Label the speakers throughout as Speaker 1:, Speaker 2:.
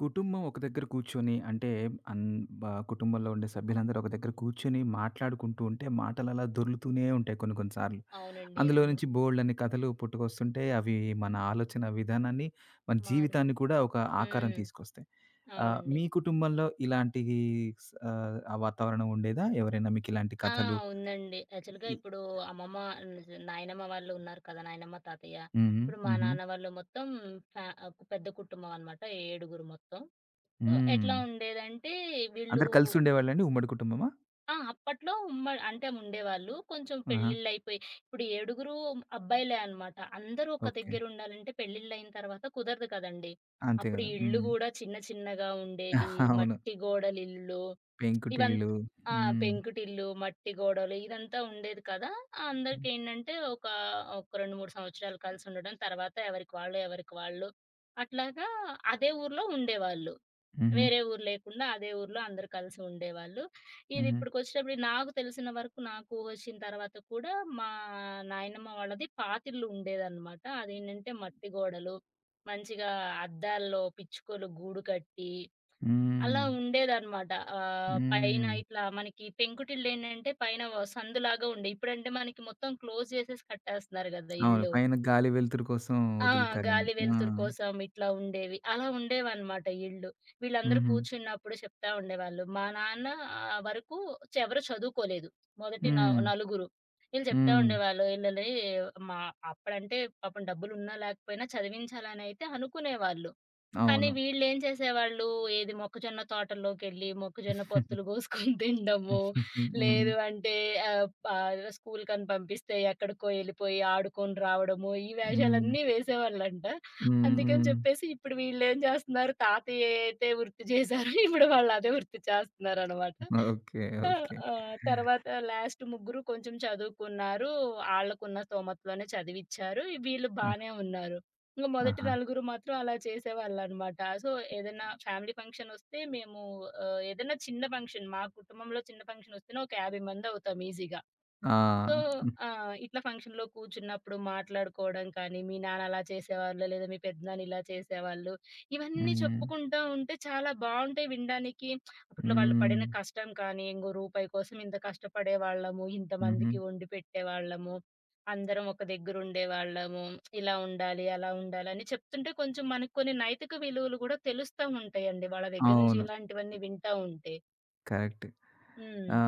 Speaker 1: కుటుంబం ఒక దగ్గర కూర్చొని అంటే అన్ బ కుటుంబంలో ఉండే సభ్యులందరూ ఒక దగ్గర కూర్చొని మాట్లాడుకుంటూ ఉంటే మాటలు అలా దొర్లుతూనే ఉంటాయి కొన్ని కొన్ని సార్లు.
Speaker 2: అవునండి.
Speaker 1: అందులో
Speaker 2: అవును.
Speaker 1: నుంచి బోలెడన్ని కథలు పుట్టుకొస్తుంటే అవి మన ఆలోచన విధానాన్ని, మన
Speaker 2: మారుస్
Speaker 1: జీవితాన్ని కూడా ఒక ఆకారం
Speaker 2: హ్మ్.
Speaker 1: తీసుకొస్తాయి.
Speaker 2: అవునండి.
Speaker 1: మీ కుటుంబంలో ఇలాంటివి ఆ వాతావరణం ఉండేదా? ఎవరైనా మీకు ఇలాంటి
Speaker 2: ఆ!
Speaker 1: కథలు
Speaker 2: ఉందండి. యాక్చువల్‌గా
Speaker 1: ఇ
Speaker 2: ఇప్పుడు అమ్మమ్మ, నాయనమ్మ వాళ్ళు ఉన్నారు కదా! నాయనమ్మ, తాతయ్య.
Speaker 1: హుహు.
Speaker 2: ఇప్పుడు మా
Speaker 1: హుహు.
Speaker 2: నాన్న వాళ్ళు మొత్తం పెద్ద కుటుంబం అనమాట. ఏడుగురు మొత్తం. సో,
Speaker 1: హ్మ్.
Speaker 2: ఎట్లా ఉండేదంటే వీళ్ళు
Speaker 1: అందరూ కలిసి ఉండేవాళ్ళండి? ఉమ్మడి కుటుంబమా?
Speaker 2: ఆ! అప్పట్లో ఉమ్మడి అంటే ఉండేవాళ్ళు. కొంచెం
Speaker 1: ఆహా!
Speaker 2: పెళ్ళిళ్ళైపోయి ఇప్పుడు ఏడుగురు అబ్బాయిలే అనమాట. అందరూ ఒక
Speaker 1: ఓకే.
Speaker 2: దగ్గర ఉండాలంటే పెళ్ళిళ్ళయిన తర్వాత కుదరదు కదండీ!
Speaker 1: అంతే
Speaker 2: అప్పుడు
Speaker 1: గదా!
Speaker 2: ఇళ్ళు
Speaker 1: హ్మ్.
Speaker 2: గూడా చిన్న చిన్నగా ఉండేవి.
Speaker 1: అవును.
Speaker 2: మట్టి గోడలిల్లులు. ఇవంత్
Speaker 1: పెంకుటిల్లు.
Speaker 2: ఆ!
Speaker 1: హ్మ్.
Speaker 2: పెంకుటిల్లు, మట్టి గోడలు ఇదంతా ఉండేది కదా! అందరికేంటంటే ఒక 2, 3 సంవత్సరాలు కలిసుండడం. తర్వాత ఎవరికి వాళ్ళు, ఎవరికి వాళ్ళు అట్లాగా అదే ఊర్లో ఉండేవాళ్ళు.
Speaker 1: హుహు.
Speaker 2: వేరే ఊరు లేకుండా అదే ఊర్లో అందరూ కలిసి ఉండేవాళ్ళు. ఇది
Speaker 1: హుహు.
Speaker 2: ఇప్పటికొచ్చేటప్పుడు నాకు తెలిసిన వరకు నాకు ఊహొచ్చిన తర్వాత కూడా మా నాయనమ్మ వాళ్ళది పాతిల్లు ఉండేదనమాట. అదేంటంటే మట్టి గోడలు, మంచిగా అద్దాల్లో పిచ్చుకలు గూడు కట్టి అలా
Speaker 1: హ్మ్.
Speaker 2: ఉండేదనమాట. పైన
Speaker 1: హ్మ్.
Speaker 2: ఇట్లా మనకి పెంకుటిల్లేంటంటే పైన వ సందులాగా ఉండే. ఇప్పుడంటే మనకి మొత్తం క్లోజ్ జేసేసి కట్టేస్తున్నారు గదా!
Speaker 1: అవును.
Speaker 2: ఇల్లు.
Speaker 1: పైన గాలి వెలుతురు కోసం
Speaker 2: ఆ!
Speaker 1: వదులుతారేమో.
Speaker 2: గాలి
Speaker 1: ఆ!
Speaker 2: వెలుతురు కోసం ఇట్లా ఉండేవి. అలా ఉండేవనమాట ఇళ్ళు. వీళ్ళందరూ
Speaker 1: హుహు.
Speaker 2: కూర్చున్నప్పుడు చెప్తా ఉండేవాళ్ళు. మా నాన్న వరకు ఎవరు చదువుకోలేదు. మొదటి
Speaker 1: హ్మ్.
Speaker 2: నలుగురు. ఈళ్ళు చెప్తా
Speaker 1: హ్మ్.
Speaker 2: ఉండేవాళ్ళు. ఈళ్ళని మా అప్పుడంటే పాపం డబ్బులున్నా లేకపోయినా చదివించాలనైతే అనుకునేవాళ్ళు. కానీ
Speaker 1: అవును.
Speaker 2: వీళ్ళేం చేసేవాళ్ళు, ఏది మొక్కజొన్న తోటల్లోకెళ్ళి, మొక్కజొన్న పొత్తులు కోసుకొని తినడము,
Speaker 1: హ్మ్. హ్మ్.
Speaker 2: లేదు అంటే ఆహ్, ఆహ్, స్కూల్‌కని పంపిస్తే ఎక్కడికో ఎళ్ళిపోయి ఆడుకొని రావడము, ఈ
Speaker 1: హ్మ్.
Speaker 2: వేషాలన్నీ వేసేవాళ్ళంట. అందుకని
Speaker 1: హ్మ్.
Speaker 2: చెప్పేసి ఇప్పుడు వీళ్ళేం జేస్తున్నారు, తాతయ్య అయితే వృత్తి జేసారో ఇప్పుడు వాళ్ళదే వృత్తి చేస్తున్నారనమాట.
Speaker 1: ఓకే.
Speaker 2: ఆ!
Speaker 1: ఓకే.
Speaker 2: ఆ! తర్వాత లాస్ట్ ముగ్గురు కొంచెం చదువుకున్నారు. ఆళ్ళకున్న స్తోమతలోనే చదివిచ్చారు. వీళ్ళు
Speaker 1: ఆ!
Speaker 2: బానే ఉన్నారు. ఇంక మొదటి
Speaker 1: ఆహా!
Speaker 2: నలుగురు మాత్రం అలా చేసేవాళ్ళనమాట. సో, ఏదైనా ఫ్యామిలీ ఫంక్షనొస్తే మేము ఏదైనా చిన్న ఫంక్షన్ మా కుటుంబంలో చిన్న ఫంక్షనొస్తేనే ఒక 50 మందవుతాం ఈజీగా.
Speaker 1: ఆ!
Speaker 2: సో, ఇట్లా ఫంక్షన్‌లో కూర్చున్నప్పుడు మాట్లాడుకోవడం కానీ, మీ నాన్న అలా చేసేవాళ్ళు, లేదా మీ పెద్దనాన్న ఇలా చేసేవాళ్ళు, ఇవన్నీ
Speaker 1: హ్మ్.
Speaker 2: చెప్పుకుంటా ఉంటే చాలా బావుంటాయి వినడానికి. అప్పట్లో వాళ్ళు
Speaker 1: హ్మ్.
Speaker 2: పడిన కష్టం కానీ, ఇంగో రూపాయి కోసం ఇంత కష్టపడేవాళ్ళము,
Speaker 1: హుహు.
Speaker 2: ఇంతమందికి వండి పెట్టేవాళ్ళము, అందరం ఒక దగ్గర ఉండేవాళ్ళము, ఇలా ఉండాలి, అలా ఉండాలి అని చెప్తుంటే కొంచెం మనకు కొన్ని నైతిక విలువలు కూడా తెలుస్తా ఉంటాయండి. వాళ్ళ దగ్గర నుంచి
Speaker 1: అవును.
Speaker 2: ఇలాంటివన్నీ వింటా ఉంటే.
Speaker 1: కరెక్ట్.
Speaker 2: హ్మ్.
Speaker 1: ఆ!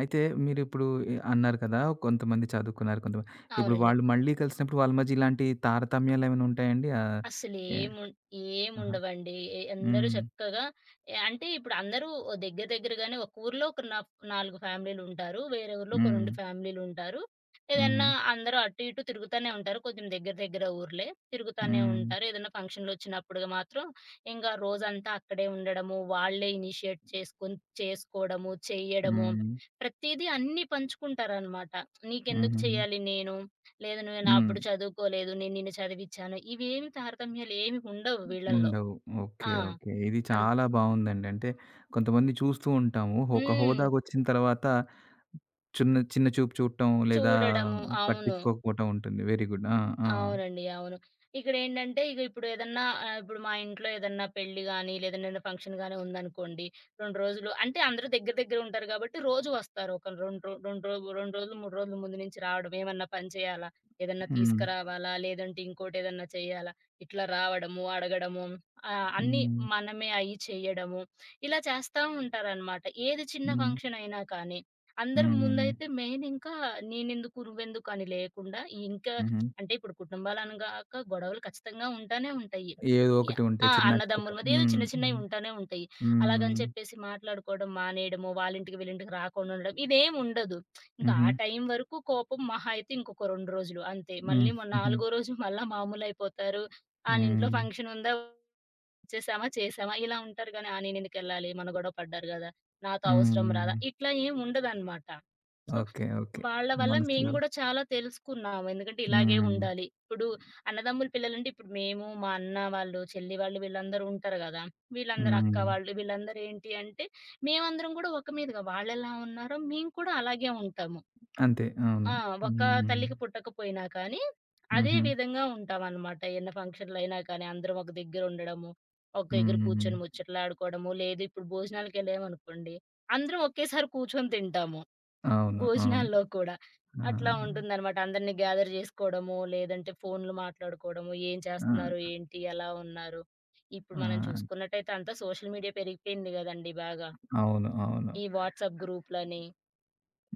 Speaker 1: అయితే మీరిప్పుడు అన్నారు కదా! కొంతమంది చదువుకున్నారు. కొంతమంది ఇప్పుడు
Speaker 2: అవునండి.
Speaker 1: వాళ్ళు మళ్ళీ కలిసినప్పుడు వాళ్ళ మధ్య ఇలాంటి తారతమ్యాలేమైనా ఉంటాయండి? ఆహ్, ఏ
Speaker 2: అసలేముం
Speaker 1: ఆహా!
Speaker 2: ఏముండవండి. అందరూ
Speaker 1: హ్మ్.
Speaker 2: చక్కగా అంటే ఇప్పుడు అందరూ ఓ దగ్గర దగ్గరగానే ఒక ఊర్లో ఒక 4 ఫ్యామిలీలుంటారు. వేరే ఊర్లో ఒక
Speaker 1: హ్మ్.
Speaker 2: 2 ఫ్యామిలీలుంటారు.
Speaker 1: హుహు.
Speaker 2: ఏదన్నా అందరూ అటు ఇటు తిరుగుతానే ఉంటారు. కొంచెం దగ్గర దగ్గర ఊర్లే. తిరుగుతానే
Speaker 1: హ్మ్.
Speaker 2: ఉంటారు. ఏదైనా ఫంక్షన్‌లొచ్చినప్పుడుగా మాత్రం ఇంక రోజంతా అక్కడే ఉండడము, వాళ్ళే ఇనిషియేట్ చేసుకొని చేసుకోవడము, చెయ్యడము,
Speaker 1: హ్మ్.
Speaker 2: ప్రతీదీ అన్నీ పంచుకుంటారనమాట. "నీకెందుకు
Speaker 1: హుహుహు.
Speaker 2: చేయాలి నేను? లేదు నువ్వు నా
Speaker 1: హ్మ్.
Speaker 2: అప్పుడు చదువుకోలేదు. నేను నిన్ను చదివిచ్చాను. ఇవేమి తారతమ్యాలు ఏమి ఉండవు వీళ్ళల్లో.
Speaker 1: ఉండవు. ఓకే.
Speaker 2: ఆ!
Speaker 1: ఓకే. ఇది
Speaker 2: అన్
Speaker 1: చాలా బావుందండి. అంటే కొంతమంది చూస్తూ ఉంటాము. ఒక
Speaker 2: హ్మ్.
Speaker 1: హోదాకొచ్చిన తర్వాత చిన్న చూపు చూడటం లేదా
Speaker 2: చూడడము. అవును.
Speaker 1: పట్టించుకోకపోవటం ఉంటుంది. Very good. ఆ! ఆ!
Speaker 2: అవునండి. అవును. ఇక్కడేంటంటే ఇగ ఇప్పుడు ఏదన్నా ఇప్పుడు మా ఇంట్లో ఏదన్నా పెళ్లి గాని, లేదంటే ఏదైనా ఫంక్షన్ గాని ఉందనుకోండి. 2 రోజులు అంటే అందరూ దగ్గర దగ్గర ఉంటారు కాబట్టి రోజు వస్తారు. ఒక 2 రోజులు, 3 రోజులు ముందు నుంచి రావడం. ఏమన్నా పని చేయాలా? ఏదన్నా
Speaker 1: హ్మ్.
Speaker 2: తీసుకురావాలా? లేదంటే ఇంకోటేదన్నా చేయాలా? ఇట్లా రావడము, అడగడము అన్నీ
Speaker 1: హ్మ్.
Speaker 2: మనమే అయి చేయడము. ఇలా చేస్తా ఉంటారనమాట. ఏది చిన్న
Speaker 1: హ్మ్.
Speaker 2: ఫంక్షన్ అయినా కానీ. అందరి
Speaker 1: హ్మ్.
Speaker 2: ముందైతే మెయిన్ ఇంకా నేనెందుకు, నువ్వెందుకు అని లేకుండా ఇంకా
Speaker 1: హుహు.
Speaker 2: అంటే ఇప్పుడు కుటుంబాలనగాక గొడవలు ఖచ్చితంగా ఉంటానే ఉంటాయి.
Speaker 1: ఏదో ఒకటి
Speaker 2: యాహ్!
Speaker 1: ఉంటాయి.
Speaker 2: ఆ!
Speaker 1: చిన్నా చితకా.
Speaker 2: అన్నదమ్ముల మధ్య ఏదో
Speaker 1: హ్మ్.
Speaker 2: చిన్న చిన్నయి
Speaker 1: హ్మ్.
Speaker 2: ఉంటానే ఉంటాయి.
Speaker 1: హ్మ్.
Speaker 2: అలాగని చెప్పేసి మాట్లాడుకోవడం మానేయడము, వాళ్ళింటికి వీళ్ళింటికి రాకుండా ఉండడం ఇదేం ఉండదు. ఇంకా
Speaker 1: హుహు.
Speaker 2: ఆ టైం వరకు కోపం మహా అయితే ఇంకొక 2 రోజులు అంతే.
Speaker 1: హ్మ్.
Speaker 2: మళ్ళీ
Speaker 1: హుహు.
Speaker 2: నాలుగో రోజు మళ్ళా మామూలయిపోతారు. ఆనింట్లో
Speaker 1: హ్మ్.
Speaker 2: ఫంక్షన్ ఉందా చేశామా? చేశామా? ఇలా ఉంటారు గానీ, "ఆ! నేనెందుకెళ్ళాలి? మన గొడవ పడ్డారు గదా! నాతో అవసరం రాదా?"
Speaker 1: హ్మ్.
Speaker 2: ఇట్లా ఏం ఉండదనమాట. So,
Speaker 1: okay. ఓకే.
Speaker 2: వాళ్ళ వల్ల మేము
Speaker 1: మనసులో.
Speaker 2: గూడా చాలా తెలుసుకున్నాము. ఎందుకంటే, ఇలాగే
Speaker 1: హ్మ్.
Speaker 2: ఉండాలి. ఇప్పుడు అన్నదమ్ముల పిల్లలంటే, ఇప్పుడు మేము, మా అన్న వాళ్ళు, చెల్లి వాళ్ళు వీళ్ళందరూ ఉంటారు గదా! వీళ్ళందరూ
Speaker 1: హ్మ్.
Speaker 2: అక్క వాళ్ళు, వీళ్ళందరూ ఏంటి అంటే, మేమందరం గూడా ఒక మీదగా వాళ్ళెలా ఉన్నారో మేము కూడా అలాగే ఉంటాము.
Speaker 1: అంతే. అవును.
Speaker 2: ఆ! ఒక
Speaker 1: హ్మ్.
Speaker 2: తల్లికి పుట్టకపోయినా కానీ, అదే
Speaker 1: హుహు.
Speaker 2: విధంగా ఉంటామనమాట. ఎన్ని ఫంక్షన్‌లైనా కానీ అందరం ఒక దగ్గర ఉండడము, ఒక దగ్గర
Speaker 1: హ్మ్.
Speaker 2: కూర్చొని ముచ్చట్లాడుకోవడము, లేదు ఇప్పుడు భోజనాలకెళ్ళామనుకోండి, అందరం ఒకేసారి కూర్చొని తింటాము.
Speaker 1: అవును. అవును.
Speaker 2: భోజనాల్లో కూడా.
Speaker 1: ఆ!
Speaker 2: అట్లా ఉంటుందనమాట. అందరిని గ్యాదర్ జేసుకోవడము, లేదంటే ఫోన్లు మాట్లాడుకోవడము, ఏం చేస్తున్నారు?
Speaker 1: ఆ!
Speaker 2: ఏంటి? ఎలా ఉన్నారు? ఇప్పుడు
Speaker 1: ఆ!
Speaker 2: మనం చూసుకున్నట్టయితే అంతా సోషల్ మీడియా పెరిగిపోయింది గదండీ బాగా.
Speaker 1: అవును. అవును.
Speaker 2: ఈ వాట్సాప్ గ్రూప్‌లని,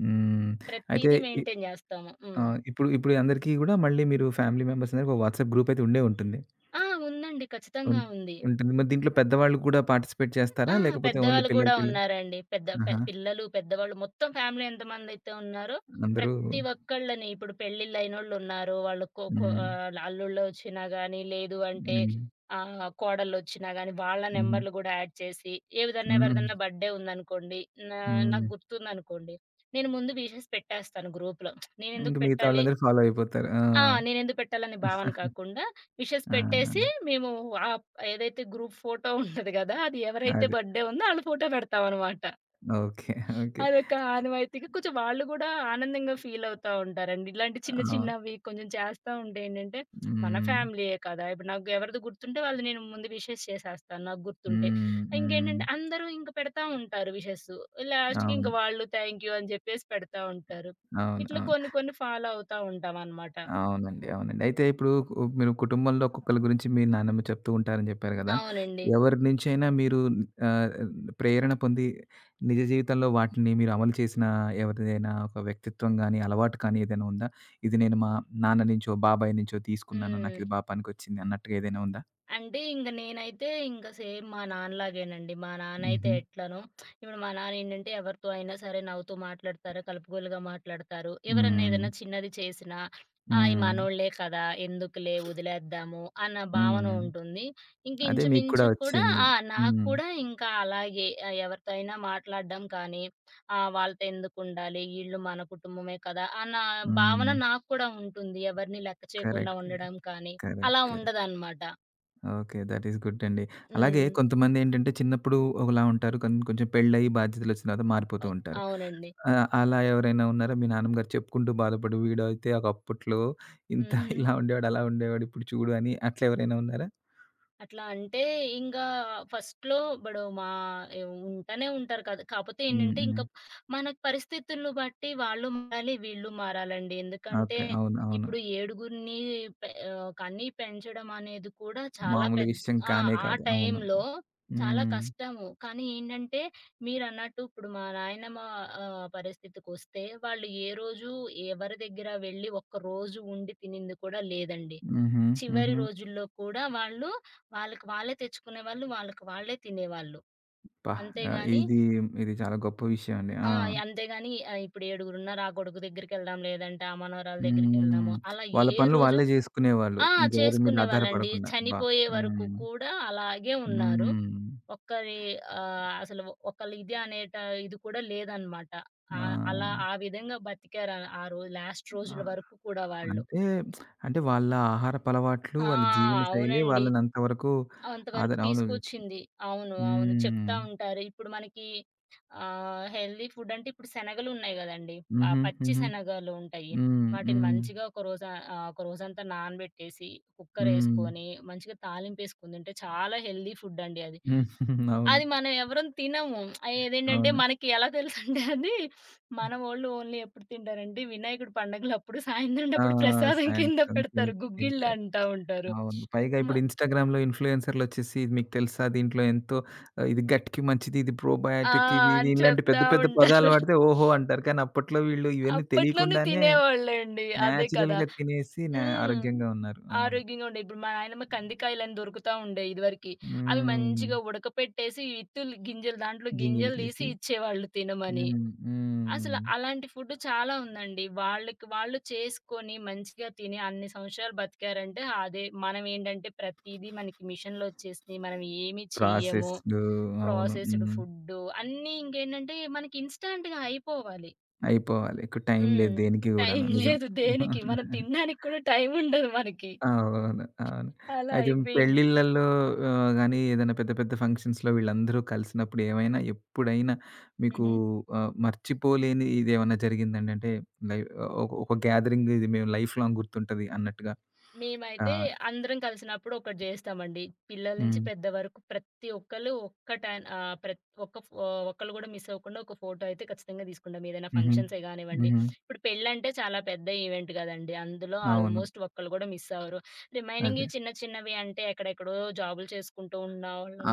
Speaker 1: హ్మ్. అయితే
Speaker 2: ప్రతీదీ
Speaker 1: ఇ
Speaker 2: మెయింటైన్ జేస్తాము. హ్మ్.
Speaker 1: ఆహ్, ఇప్పుడు ఇప్పుడు అందరికీ గూడా మళ్ళీ మీరు ఫ్యామిలీ మెంబర్స్ అందరికి ఒక వాట్సాప్ గ్రూప్ అయితే ఉండే ఉంటుంది.
Speaker 2: ఆ! ఉందండి.
Speaker 1: ఉం
Speaker 2: ఖచ్చితంగా ఉంది.
Speaker 1: ఉంటుంది. మరి దీంట్లో పెద్దవాళ్ళు కూడా పార్టిసిపేట్ చేస్తారా?
Speaker 2: ఆ!
Speaker 1: లేకపోతే ఓన్లీ
Speaker 2: పెద్దవాళ్ళు
Speaker 1: పిల్లలు
Speaker 2: గూడా
Speaker 1: పిల్లలు
Speaker 2: ఉన్నారండి. పెద్ద పె
Speaker 1: ఆహా!
Speaker 2: పిల్లలు, పెద్దవాళ్ళు మొత్తం ఫ్యామిలీ ఎంతమందైతే ఉన్నారో
Speaker 1: అందరూ
Speaker 2: ప్రతి ఒక్కళ్ళని ఇప్పుడు పెళ్ళిళ్ళైనోళ్ళున్నారు. వాళ్ళు కొ కొ
Speaker 1: హ్మ్.
Speaker 2: ఆహ్, అల్లుళ్ళొచ్చినా గానీ, లేదు అంటే
Speaker 1: హ్మ్.
Speaker 2: ఆహ్, కోడళ్ళొచ్చినా గానీ, వాళ్ళ
Speaker 1: హ్మ్.
Speaker 2: నంబర్‌లు గూడా యాడ్ చేసి, ఏ విధన్నా
Speaker 1: హ్మ్.
Speaker 2: ఎవరిదన్నా బర్త్‌డే ఉందనుకోండి, నా
Speaker 1: హ్మ్.
Speaker 2: నాకు గుర్తుందనుకోండి, నేను ముందు విషెస్ పెట్టేస్తాను గ్రూప్‌లో.
Speaker 1: ఇంక
Speaker 2: నేనెందుకు
Speaker 1: మిగతా
Speaker 2: పెట్టాలి?
Speaker 1: వాళ్ళందరూ ఫాలో అయిపోతారు. ఆ!
Speaker 2: ఆ! నేనెందుకు పెట్టాలనే భావన కాకుండా విషెస్
Speaker 1: ఆ!
Speaker 2: పెట్టేసి మేము ఆప్ ఏదైతే గ్రూప్ ఫోటో ఉంటది గదా! అది ఎవరైతే
Speaker 1: అదే.
Speaker 2: బర్త్‌డే ఉందో ఆళ్ళ ఫోటో పెడతామనమాట.
Speaker 1: ఓకే. ఓకే.
Speaker 2: అదొక ఆనవాయితీగా కొంచెం వాళ్ళు గూడా ఆనందంగా ఫీలవుతా ఉంటారండి. ఇలాంటి చిన్న
Speaker 1: ఆ!
Speaker 2: చిన్నవి కొంచెం చేస్తా ఉంటే ఏంటంటే మన
Speaker 1: హ్మ్.
Speaker 2: ఫ్యామిలీయే కదా! ఇప్పుడు నాకు ఎవరిది గుర్తుంటే వాళ్ళది నేను ముందు విషెస్ చేసేస్తాను నాకు గుర్తుంటే.
Speaker 1: హ్మ్. హ్మ్.
Speaker 2: ఇంకేంటంటే అందరూ ఇంక పెడతా ఉంటారు విషెస్సు. లాస్ట్‌కి ఇంక
Speaker 1: అవును.
Speaker 2: వాళ్ళు థాంక్ యూ అని జెప్పేసి పెడతా ఉంటారు.
Speaker 1: అవును.
Speaker 2: ఇట్లా
Speaker 1: అవును.
Speaker 2: కొన్ని కొన్ని ఫాలో అవుతా ఉంటామనమాట.
Speaker 1: అవునండి. అవునండి. అయితే ఇప్పుడు మీరు కుటుంబంలో ఒక్కొక్కళ్ళ గురించి మీ నాన్నమ్మ చెప్తూ ఉంటారని జెప్పారు గదా!
Speaker 2: అవునండి.
Speaker 1: ఎవరి నుంచైనా మీరు ఆహ్, ప్రేరణ పొంది నిజ జీవితంలో వాటిని మీరు అమలు చేసిన ఎవరిదైనా ఒక వ్యక్తిత్వం గాని, అలవాటు కానీ ఏదైనా ఉందా? ఇది నేను మా నాన్న నుంచో, బాబాయ్ నుంచో తీసుకున్నాను.
Speaker 2: హ్మ్.
Speaker 1: నాకిది బా పనికొచ్చింది అన్నట్టుగా ఏదైనా ఉందా?
Speaker 2: అంటే ఇంక నేనైతే ఇంక సేమ్ మా నాన్నలాగేనండి. మా నాన్నయితే
Speaker 1: హుహు.
Speaker 2: ఎట్లనో ఇప్పుడు మా నాన్నేంటంటే ఎవరితో అయినా సరే నవ్వుతూ మాట్లాడతారు, కలుపుగోలుగా మాట్లాడతారు. ఎవరన్నా
Speaker 1: హ్మ్.
Speaker 2: ఏదన్నా చిన్నది చేసినా, ఆ! ఈ
Speaker 1: హ్మ్.
Speaker 2: మనోళ్ళే కదా! ఎందుకులే వదిలేద్దాము అన్న భావన
Speaker 1: హ్మ్.
Speaker 2: ఉంటుంది. ఇంక
Speaker 1: అదే మీకు కూడా
Speaker 2: ఇంచుమించు కూడా
Speaker 1: వచ్చింది.
Speaker 2: ఆ! నాకు
Speaker 1: హ్మ్.
Speaker 2: కూడా ఇంకా అలాగే ఎవరితో అయినా మాట్లాడడం కానీ, ఆ! వాళ్ళతో ఎందుకుండాలి? ఈళ్ళు మన కుటుంబమే కదా! అన్న భావన
Speaker 1: హ్మ్.
Speaker 2: నాకు కూడా ఉంటుంది. ఎవరిని లెక్క చేయకుండా
Speaker 1: కరెక్ట్. కరెక్ట్.
Speaker 2: ఉండడం కానీ,
Speaker 1: కరెక్ట్.
Speaker 2: అలా
Speaker 1: కరెక్ట్.
Speaker 2: ఉండదనమాట.
Speaker 1: ఓకే. థట్ ఈస్ గుడ్ అండి. అలాగే
Speaker 2: హ్మ్.
Speaker 1: కొంతమందేంటంటే చిన్నప్పుడు ఒకలా ఉంటారు. కానీ కొంచెం పెళ్ళయి బాధ్యతలొచ్చిన తర్వాత మారిపోతూ
Speaker 2: ఓకే.
Speaker 1: ఉంటారు.
Speaker 2: అవునండి.
Speaker 1: అలా ఎవరైనా ఉన్నారా? మీ నాన్నమ్మగారు చెప్పుకుంటూ బాధపడు వీడైతే ఒకప్పట్లో ఇంత
Speaker 2: హుహు.
Speaker 1: ఇలా ఉండేవాడు, అలా ఉండేవాడు. ఇప్పుడు చూడు అని అట్లా ఎవరైనా ఉన్నారా?
Speaker 2: అట్లా అంటే ఇంగా ఫస్ట్‌లో ఇప్పుడు మా ఉంటానే ఉంటారు కదా! కాపోతే
Speaker 1: హ్మ్.
Speaker 2: ఏంటంటే
Speaker 1: హ్మ్.
Speaker 2: ఇంకా మనకు పరిస్థితులను బట్టి వాళ్ళు మారాలి, వీళ్ళు మారాలండి. ఎందుకంటే
Speaker 1: ఓకే. అవును. అవును.
Speaker 2: ఇప్పుడు ఏడుగురిని కని పెంచడం అనేది కూడా చాలా
Speaker 1: మామూలు
Speaker 2: పెద్ద
Speaker 1: విషయం
Speaker 2: ఆ!
Speaker 1: కానే
Speaker 2: ఆ
Speaker 1: కాదు. అవును.
Speaker 2: టైంలో చాలా
Speaker 1: హ్మ్.
Speaker 2: కష్టము. కానీ ఏంటంటే మీరన్నట్టు ఇప్పుడు మా నాయనమ్మ పరిస్థితికొస్తే వాళ్ళు ఏ రోజు ఎవరి దగ్గర వెళ్లి ఒక్కరోజు ఉండి తినింది కూడా లేదండి.
Speaker 1: హుహు.
Speaker 2: చివరి
Speaker 1: హుహు.
Speaker 2: రోజుల్లో కూడా వాళ్ళు, వాళ్ళకి వాళ్ళే తెచ్చుకునేవాళ్ళు, వాళ్ళకి వాళ్ళే తినేవాళ్ళు.
Speaker 1: అబ్బా! ఆహ్,
Speaker 2: అంతేగాని
Speaker 1: ఇది ఇది చాలా గొప్ప విషయం అండి. ఆ!
Speaker 2: ఆ! అంతేగాని ఇప్పుడు ఏడుగురున్నారు ఆ కొడుకు దగ్గరికెళ్దాం, లేదంటే ఆ మనవరాలు
Speaker 1: హ్మ్.
Speaker 2: దగ్గరికెళ్దాము, అలా
Speaker 1: వాళ్ళ
Speaker 2: ఏ
Speaker 1: పనులు
Speaker 2: రోజు
Speaker 1: వాళ్ళే జేసుకునేవాళ్ళు.
Speaker 2: ఆ!
Speaker 1: ఇంకెవరి మీద
Speaker 2: చేసుకునేవాళ్ళండి.
Speaker 1: ఆధారపడకుండా. అబ్బా!
Speaker 2: చనిపోయే వరకు
Speaker 1: హ్మ్.
Speaker 2: కూడా అలాగే ఉన్నారు.
Speaker 1: హ్మ్.
Speaker 2: ఒక్కరి అసలు ఒకళ్ళ ఇది ఇది కూడా లేదనమాట. అలా
Speaker 1: ఆ!
Speaker 2: ఆ విధంగా బతికారు ఆ ఆ రోజు లాస్ట్
Speaker 1: ఆ!
Speaker 2: రోజుల వరకు కూడా వాళ్ళు.
Speaker 1: అంటే, అంటే వాళ్ళ ఆహారపలవాట్లు,
Speaker 2: ఆ!
Speaker 1: వాళ్ళ జీవన శైలే
Speaker 2: అవునండి.
Speaker 1: వాళ్ళని అంతవరకు
Speaker 2: అంతవరకు
Speaker 1: అవును.
Speaker 2: తీసుకొచ్చింది. అవును. అవును. చెప్తా
Speaker 1: హ్మ్.
Speaker 2: ఉంటారు. ఇప్పుడు మనకి హెల్తీ ఫుడ్ అంటే ఇప్పుడు శనగలున్నాయి గదండీ! ఆ
Speaker 1: హుహు.
Speaker 2: పచ్చి
Speaker 1: హుహు.
Speaker 2: శనగలు ఉంటాయి.
Speaker 1: హ్మ్.
Speaker 2: వాటిని
Speaker 1: హ్మ్.
Speaker 2: మంచిగా ఒక రోజు ఒక రోజంతా నానబెట్టేసి,
Speaker 1: హ్మ్.
Speaker 2: కుక్కరేసుకొని, మంచిగా తాలింపేసుకొని తింటే చాలా హెల్తీ ఫుడ్ అండి అది.
Speaker 1: హ్మ్. అవును.
Speaker 2: అది మనం ఎవరం తినము. అదేంటంటే
Speaker 1: అవును.
Speaker 2: మనకి ఎలా తెలుసంటే అది మనవోళ్ళు ఓన్లీ ఎప్పుడు తింటారంటే వినాయకుడి పండగలప్పుడు సాయంత్రం
Speaker 1: ఆ!
Speaker 2: అప్పుడు ప్రసాదం కింద
Speaker 1: సాయంత్రం తిన్
Speaker 2: పెడతారు. గుగ్గిళ్ళు
Speaker 1: తింటారు.
Speaker 2: అంటా ఉంటారు.
Speaker 1: అవును. పైగా
Speaker 2: మ
Speaker 1: ఇప్పుడు ఇన్‌స్టాగ్రామ్‌లో ఇన్‌ఫ్లూయెన్సర్‌లొచ్చేసి ఇది మీకు తెలుసా? దీంట్లో ఎంతో ఇది గట్‌కి మంచిది, ఇది
Speaker 2: ఆ!
Speaker 1: ప్రోబయాటిక్ ఇది ఇది
Speaker 2: అని
Speaker 1: ఇలాంటి
Speaker 2: చెప్తా
Speaker 1: పెద్ద పెద్ద పదాలు
Speaker 2: ఉంటారు.
Speaker 1: వాడితే ఓహో! అంటారు. కానీ అప్పట్లో వీళ్ళు ఇవన్నీ
Speaker 2: అప్పట్లోనే
Speaker 1: తెలియకుండానే
Speaker 2: తినేవాళ్ళండి. అదే కదా!
Speaker 1: నేచురల్‌గా తినేసి
Speaker 2: హ్మ్.
Speaker 1: ఆరోగ్యంగా ఉన్నారు. అవును.
Speaker 2: ఆరోగ్యంగా ఉండే. ఇప్పుడు మా నాయనమ్మ కందికాయలని దొరుకుతా ఉండే ఇదివరకి. అవి
Speaker 1: హ్మ్.
Speaker 2: మంచిగా ఉడకపెట్టేసి, విత్తులు గింజలు దాంట్లో
Speaker 1: గింజలు
Speaker 2: గింజలు తీసి
Speaker 1: తీసి.
Speaker 2: ఇచ్చేవాళ్ళు తినమని.
Speaker 1: హ్మ్.
Speaker 2: అసల
Speaker 1: హ్మ్.
Speaker 2: అలాంటి ఫుడ్ చాలా ఉందండి. వాళ్ళకి వాళ్ళు చేసుకొని మంచిగా తిని అన్ని సంవత్సరాలు బతికారంటే అదే. మనమేంటంటే ప్రతీదీ మనకి మిషన్‌లో వచ్చేసినియి. మనం ఏమి చెయ్యము.
Speaker 1: ప్రాసెస్‌డు అవును.
Speaker 2: ప్రాసెస్డ్
Speaker 1: హ్మ్.
Speaker 2: ఫుడ్డు అన్నీ ఇంకేంటంటే మనకి ఇన్‌స్టాంట్‌గా అయిపోవాలి.
Speaker 1: అయిపోవాలి. ఇక టైం లేదు
Speaker 2: హ్మ్.
Speaker 1: దేనికి
Speaker 2: టైం
Speaker 1: గూడాను. నిజం.
Speaker 2: లేదు దేనికి. మనం తినడానికి కూడా టైం ఉండదు మనకి.
Speaker 1: అవును. అవును.
Speaker 2: అలా
Speaker 1: అయితే
Speaker 2: అయిపోయింది.
Speaker 1: పెళ్ళిళ్ళల్లో గాని ఏదైనా పెద్ద పెద్ద ఫంక్షన్స్‌లో వీళ్ళందరూ కలిసినప్పుడు ఏమైనా ఎప్పుడైనా మీకు
Speaker 2: హుహు.
Speaker 1: మర్చిపోలేని ఇదేమన్నా జరిగిందండి? అంటే లైవ్ ఒక ఒక గ్యాదరింగ్ ఇది మేము లైఫ్ లాంగ్ గుర్తుంటది అన్నట్టుగా. ఆ!
Speaker 2: మేమైతే అందరం కలిసినప్పుడు ఒకటి జేస్తామండి. పిల్లల నుంచి
Speaker 1: హ్మ్.
Speaker 2: పెద్ద వరకు ప్రతి ఒక్కళ్ళు ఒక్క టాన్ ఆహ్, ప్రత్ ఒక్క ఫో ఒక్కళ్ళు గూడా మిస్ అవ్వకుండా ఒక ఫోటో అయితే ఖచ్చితంగా తీసుకుంటాం. ఏదైనా
Speaker 1: హుహు.
Speaker 2: ఫంక్షన్సే గానివ్వండి,
Speaker 1: హుహు.
Speaker 2: ఇప్పుడు పెళ్ళంటే చాలా పెద్ద ఈవెంట్ గదండీ! అందులో
Speaker 1: అవును.
Speaker 2: ఆల్మోస్ట్ ఒక్కళ్ళు గూడా మిస్ అవ్వరు.
Speaker 1: అదే.
Speaker 2: రిమైనింగ్‌వి చిన్న చిన్నవి అంటే ఎక్కడెక్కడో జాబులు చేసుకుంటూ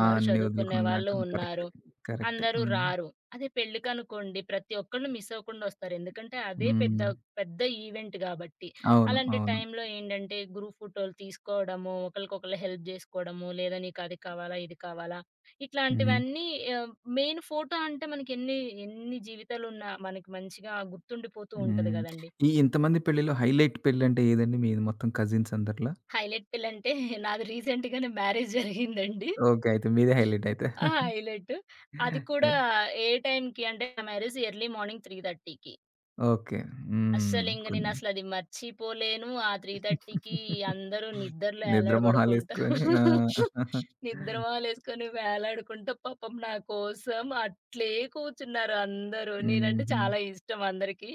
Speaker 1: ఆ! అన్నీ
Speaker 2: చదువుకునే వాళ్ళు
Speaker 1: వదులుకున్నాటం కరెక్టే.
Speaker 2: ఉన్నారు.
Speaker 1: కరెక్టే.
Speaker 2: అందరూ
Speaker 1: హ్మ్.
Speaker 2: రారు. అదే పెళ్ళికనుకోండి ప్రతి ఒక్కళ్ళు మిస్ అవ్వకుండా ఒస్తారు. ఎందుకంటే అదే పెద్ద
Speaker 1: హ్మ్.
Speaker 2: పెద్ద ఈవెంట్ గాబట్టి.
Speaker 1: అవును.
Speaker 2: అలాంటి
Speaker 1: అవును.
Speaker 2: టైంలో ఏంటంటే, గ్రూప్ ఫోటోలు తీసుకోవడము, ఒకళ్ళకొకళ్ళు హెల్ప్ జేసుకోవడము, లేదా నీకు అది కావాలా? ఇది కావాలా?
Speaker 1: హుహు.
Speaker 2: ఇట్లాంటివన్నీ ఆహ్, మెయిన్ ఫోటో అంటే మనకెన్ని జీవితాలున్నా మనకి మంచిగా గుర్తుండిపోతూ ఉంటది
Speaker 1: హ్మ్.
Speaker 2: గదండీ.
Speaker 1: ఈ ఇంతమంది పెళ్ళిలో హైలైట్ పెళ్ళంటే ఏదండి మీది మొత్తం కజిన్స్ అందరిలో?
Speaker 2: హైలైట్ పిల్లంటే నాది రీసెంట్‌గానే మ్యారేజ్ జరిగిందండి.
Speaker 1: ఓకే. అయితే మీదే హైలైట్ అయితే.
Speaker 2: ఆ! హైలైట్. అది కూడా ఏ టైంకి అంటే, నా మ్యారేజ్ ఎర్లీ మార్నింగ్ 3:30కి.
Speaker 1: ఓకే. హ్మ్.
Speaker 2: అస్సలింక
Speaker 1: కొన్ని
Speaker 2: నేనసలది మర్చిపోలేను. ఆ 3:30కి అందరూ నిద్రలో
Speaker 1: నిద్ర
Speaker 2: ఏలాడబడుకుంటా,
Speaker 1: మొహాలేసుకొని ఆ!
Speaker 2: నిద్రమాలేసుకొని వేలాడుకుంటా పాపం నా కోసం అట్లే కూర్చున్నారు అందరూ. నేనంటే
Speaker 1: హుహు.
Speaker 2: చాలా ఇష్టం అందరికీ.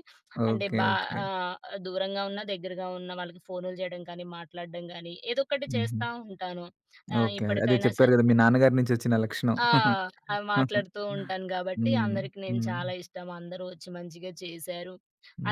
Speaker 2: అంటే
Speaker 1: ఓకే. ఓకే.
Speaker 2: ఆహ్, దూరంగా ఉన్న, దగ్గరగా ఉన్న వాళ్ళకి ఫోనులు జేయడం కానీ, మాట్లాడడం గానీ, ఏదో ఒకటి
Speaker 1: హుహు.
Speaker 2: చేస్తా ఉంటాను. ఆహ్,
Speaker 1: ఓకే. అదే
Speaker 2: ఇప్పటికైనా స
Speaker 1: చెప్పారు గదా! మీ నాన్నగారి నుంచి వచ్చిన లక్షణం.
Speaker 2: ఆ! అది మాట్లాడుతూ ఉంటాను గాబట్టి,
Speaker 1: హ్మ్.
Speaker 2: అందరికి నేను
Speaker 1: హ్మ్.
Speaker 2: చాలా ఇష్టం. అందరూ వచ్చి మంచిగా చేశారు.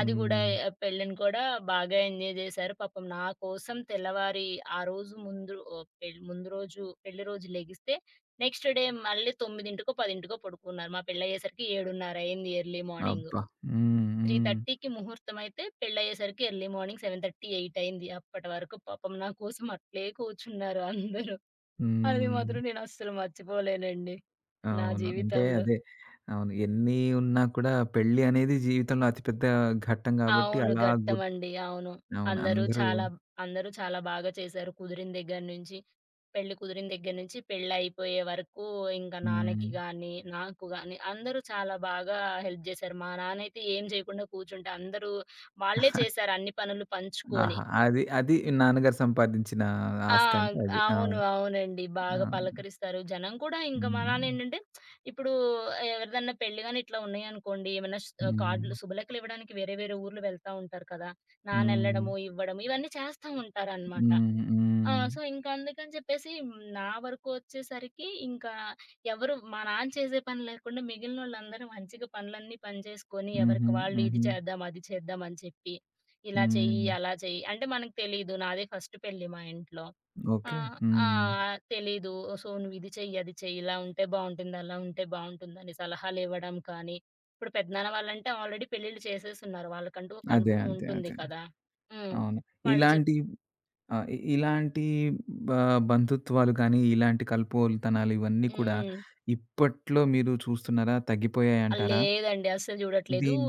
Speaker 2: అది గూడా పెళ్ళిని కూడా బాగా ఎంజాయ్ జేశారు. పాపం నా కోసం తెల్లవారి ఆ రోజు ముందు ఓహ్, పెళ్ ముందు రోజు పెళ్లి రోజు లెగిస్తే, నెక్స్ట్ డే మళ్ళీ 9కో, 10కో పడుకున్నారు. మా పెళ్ళయ్యేసరికి 7:30 అయింది ఎర్లీ మార్నింగ్.
Speaker 1: అబ్బా! హ్మ్. హ్మ్.
Speaker 2: 3:30కి ముహూర్తం అయితే పెళ్ళయ్యేసరికి ఎర్లీ మార్నింగ్ 7:30, 8 అయింది. అప్పటి వరకు పాపం నా కోసం అట్లే కూర్చున్నారు అందరూ. అది
Speaker 1: హ్మ్.
Speaker 2: మాత్రం నేనస్సలు మర్చిపోలేనండి. నా
Speaker 1: అవును. అంటే
Speaker 2: జీవితంలో.
Speaker 1: అదే. అవును. ఎన్ని ఉన్నా కూడా పెళ్లి అనేది జీవితంలో అతిపెద్ద ఘట్టం గాబట్టి
Speaker 2: అవును.
Speaker 1: అలా
Speaker 2: ఘట్టమండి. అవును.
Speaker 1: అవును.
Speaker 2: అందరూ
Speaker 1: అందరూ
Speaker 2: చాలా అందరూ చాలా బాగా చేశారు. కుదిరిన దగ్గర నుంచి పెళ్లి కుదిరిన దగ్గర నుంచి పెళ్లయిపోయే వరకు ఇంకా
Speaker 1: హ్మ్.
Speaker 2: నాన్నకి గాని, నాకు గాని అందరూ చాలా బాగా హెల్ప్ జేశారు. మా నాన్నయితే ఏం చేయకుండా కూర్చుంటే అందరూ వాళ్ళే చేశారు అన్ని పనులు పంచుకొని.
Speaker 1: ఆహా! అది అది నాన్నగారు సంపాదించిన
Speaker 2: ఆ!
Speaker 1: ఆస్తి అంటే అది.
Speaker 2: అవును.
Speaker 1: అవును.
Speaker 2: అవునండి. బాగా
Speaker 1: అవును.
Speaker 2: పలకరిస్తారు. జనం కూడా ఇంకా
Speaker 1: హ్మ్.
Speaker 2: మనానేంటంటే ఇప్పుడు ఎవరిదన్నా పెళ్లి గాని ఇట్లా ఉన్నాయనుకోండి, ఏమైనా
Speaker 1: హ్మ్.
Speaker 2: కార్డులు, శుభలేఖలు ఇవ్వడానికి వేరే వేరే ఊర్లు వెళ్తా ఉంటారు కదా!
Speaker 1: హ్మ్.
Speaker 2: నానెళ్ళడము, ఇవ్వడము ఇవన్నీ చేస్తా ఉంటారనమాట.
Speaker 1: హ్మ్.
Speaker 2: ఆ!
Speaker 1: హ్మ్.
Speaker 2: సో, ఇంకా అందుకని చెప్పేసి నా వరకు వచ్చేసరికి ఇంకా ఎవరు మా నాన్న చేసే పని లేకుండా మిగిలినోళ్ళందరూ మంచిగా పనులన్నీ పని చేసుకొని
Speaker 1: హుహు.
Speaker 2: ఎవరికి వాళ్ళు ఇది
Speaker 1: హుహు.
Speaker 2: చేద్దాం, అది చేద్దాం అని చెప్పి ఇలా చెయ్యి,
Speaker 1: హ్మ్.
Speaker 2: అలా చెయ్యి అంటే మనకు తెలీదు. నాదే ఫస్ట్ పెళ్లి మా ఇంట్లో. ఆ!
Speaker 1: ఓకే.
Speaker 2: ఆ!
Speaker 1: హ్మ్.
Speaker 2: తెలీదు. సో, నువ్విది చెయ్యి, అది చెయ్యి, ఇలా ఉంటే బావుంటుంది, అలా ఉంటే బావుంటుందని సలహాలివ్వడం కానీ, ఇప్పుడు పెద్దనాన్న వాళ్ళంటే ఆల్రెడీ పెళ్ళిళ్ళు చేసేసున్నారు. వాళ్ళకంటూ ఒక
Speaker 1: అదే.
Speaker 2: అనుభవం
Speaker 1: అదే.
Speaker 2: ఉంటుంది
Speaker 1: అదే.
Speaker 2: కదా! హ్మ్.
Speaker 1: అవును.
Speaker 2: వాళ్ళు చెప్
Speaker 1: ఇలాంటి ఆ! ఇలాంటి బ బంధుత్వాలు కానీ, ఇలాంటి కలుపోలుతనాలు ఇవన్నీ కూడా
Speaker 2: హ్మ్.
Speaker 1: ఇప్పట్లో మీరు చూస్తున్నారా?
Speaker 2: ఆ!
Speaker 1: తగ్గిపోయాయంటారా?
Speaker 2: లేదండి. అస్సలు చూడట్లేదు.
Speaker 1: దీన్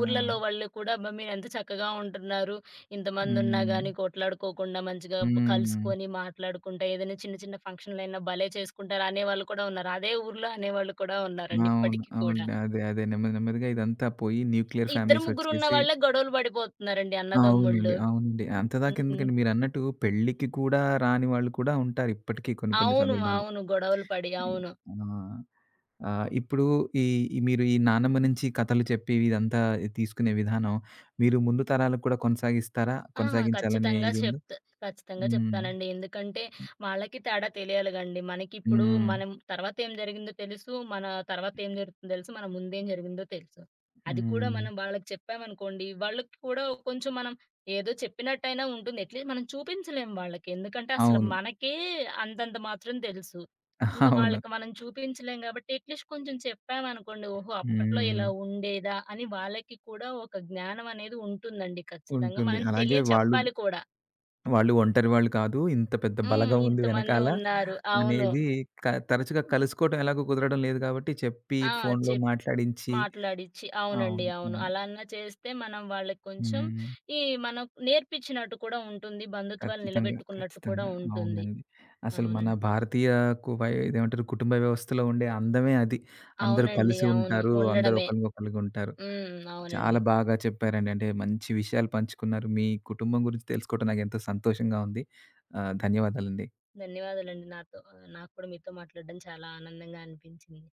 Speaker 1: ఆ!
Speaker 2: వాళ్ళు కూడా అబ్బా! మీరెంత చక్కగా ఉంటున్నారు. ఇంతమందున్నా
Speaker 1: హ్మ్.
Speaker 2: గానీ కొట్లాడుకోకుండా మంచిగా
Speaker 1: హ్మ్.
Speaker 2: కలుసుకొని మాట్లాడుకుంటా ఏదైనా చిన్న చిన్న ఫంక్షన్‌లైనా భలే చేసుకుంటారు అనేవాళ్ళు కూడా ఉన్నారు. అదే ఊర్లో అనేవాళ్ళు కూడా ఉన్నారండి
Speaker 1: అవును.
Speaker 2: ఇప్పటికి కూడా.
Speaker 1: అవునండి. అదే. అదే. నెమ్మది నెమ్మదిగా ఇదంతా పోయి న్యూక్లియర్
Speaker 2: ఇద్దరు
Speaker 1: ఫ్యామిలీస్
Speaker 2: ముగ్గురున్న
Speaker 1: ఒచ్చేసి
Speaker 2: వాళ్ళే గొడవలు పడిపోతున్నారండి
Speaker 1: అవునండి.
Speaker 2: అన్నదమ్ముళ్ళు.
Speaker 1: అవునండి. అంతదాకా
Speaker 2: హ్మ్.
Speaker 1: ఎందుకండి మీరన్నట్టు పెళ్ళికి కూడా రాని వాళ్ళు కూడా ఉంటారు ఇప్పటికీ కొన్ని కొన్ని
Speaker 2: అవును.
Speaker 1: సందర్భాల్లో.
Speaker 2: అవును. గొడవలు పడి అవును.
Speaker 1: ఆ! ఆహ్, ఇప్పుడు ఈ ఈ మీరు ఈ నానమ్మ నుంచి కథలు చెప్పి ఇదంతా తీసుకునే విధానం మీరు ముందు తరాలకు కూడా కొనసాగిస్తారా?
Speaker 2: ఆ!
Speaker 1: కొనసాగించాలనే
Speaker 2: ఖచ్చితంగా
Speaker 1: ఇదుందా?
Speaker 2: చెప్తా. ఖచ్చితంగా
Speaker 1: హ్మ్.
Speaker 2: చెప్తానండి. ఎందుకంటే వాళ్ళకి తేడా తెలియాలి గండి. మనకిప్పుడు
Speaker 1: హ్మ్.
Speaker 2: మనం తర్వాత ఏం జరిగిందో తెలుసు. మన తర్వాత ఏం జరుగుతుందో తెలుసు. మన ముందేం జరిగిందో తెలుసు. అది కూడా
Speaker 1: హ్మ్.
Speaker 2: మనం వాళ్ళకి చెప్పామనుకోండి, వాళ్ళకి కూడా కొంచెం మనం ఏదో చెప్పినట్టయినా ఉంటుంది. అట్లీస్ట్ మనం చూపించలేం వాళ్ళకి. ఎందుకంటే అసలు
Speaker 1: అవును.
Speaker 2: మనకే అంతంత మాత్రం తెలుసు. ఇంకా
Speaker 1: అవును.
Speaker 2: వాళ్ళకి మనం చూపించలేం కాబట్టి అట్‌లీస్ట్ కొంచెం చెప్పామనుకోండి. ఓహో! అప్పట్లో
Speaker 1: హ్మ్.
Speaker 2: ఇలా ఉండేదా? అని వాళ్ళకి కూడా ఒక జ్ఞానం అనేది ఉంటుందండి ఖచ్చితంగా.
Speaker 1: ఉంటుంది.
Speaker 2: మనం
Speaker 1: అలాగే వాళ్ళు
Speaker 2: తెలియచెప్పాలి కూడా.
Speaker 1: వాళ్ళు ఒంటరి వాళ్ళు కాదు. ఇంత పెద్ద
Speaker 2: హ్మ్.
Speaker 1: బలగం ఉంది
Speaker 2: ఇంతమంది
Speaker 1: వెనకాల
Speaker 2: ఉన్నారు. అవును.
Speaker 1: అనేది తరచుగా కలుసుకోవటం ఎలాగో కుదరడం లేదు కాబట్టి చెప్పి
Speaker 2: ఆ!
Speaker 1: ఫోన్‌లో
Speaker 2: చెప్
Speaker 1: మాట్లాడించి
Speaker 2: మాట్లాడిచ్చి అవునండి.
Speaker 1: అవును.
Speaker 2: అవును.
Speaker 1: అవును.
Speaker 2: అలా అన్నా చేస్తే మనం వాళ్ళకి కొంచెం
Speaker 1: హ్మ్.
Speaker 2: ఈ మనం నేర్పించినట్టు కూడా ఉంటుంది. బంధుత్వాలు
Speaker 1: ఖచ్చితంగా.
Speaker 2: నిలబెట్టుకున్నట్టు కూడా
Speaker 1: ఖచ్చితంగా.
Speaker 2: ఉంటుంది.
Speaker 1: అవునండి. అసలు మన
Speaker 2: అవునండి.
Speaker 1: భారతీయ ఇదేమంటారు కుటుంబ వ్యవస్థలో ఉండే అందమే అది. అందరూ
Speaker 2: అవునండి.
Speaker 1: కలిసి
Speaker 2: అవును.
Speaker 1: ఉంటారు. అందరూ
Speaker 2: ఉండడమే.
Speaker 1: ఒకరికొకలుగా ఉంటారు.
Speaker 2: హ్మ్. అవునండి.
Speaker 1: చాలా బాగా చెప్పారండి. అంటే మంచి విషయాలు పంచుకున్నారు. మీ కుటుంబం గురించి తెలుసుకోవడం నాకెంతో సంతోషంగా ఉంది. ధన్యవాదాలండి.
Speaker 2: ధన్యవాదాలండి. నాతో నాకు కూడా మీతో మాట్లాడడం చాలా ఆనందంగా అనిపించింది.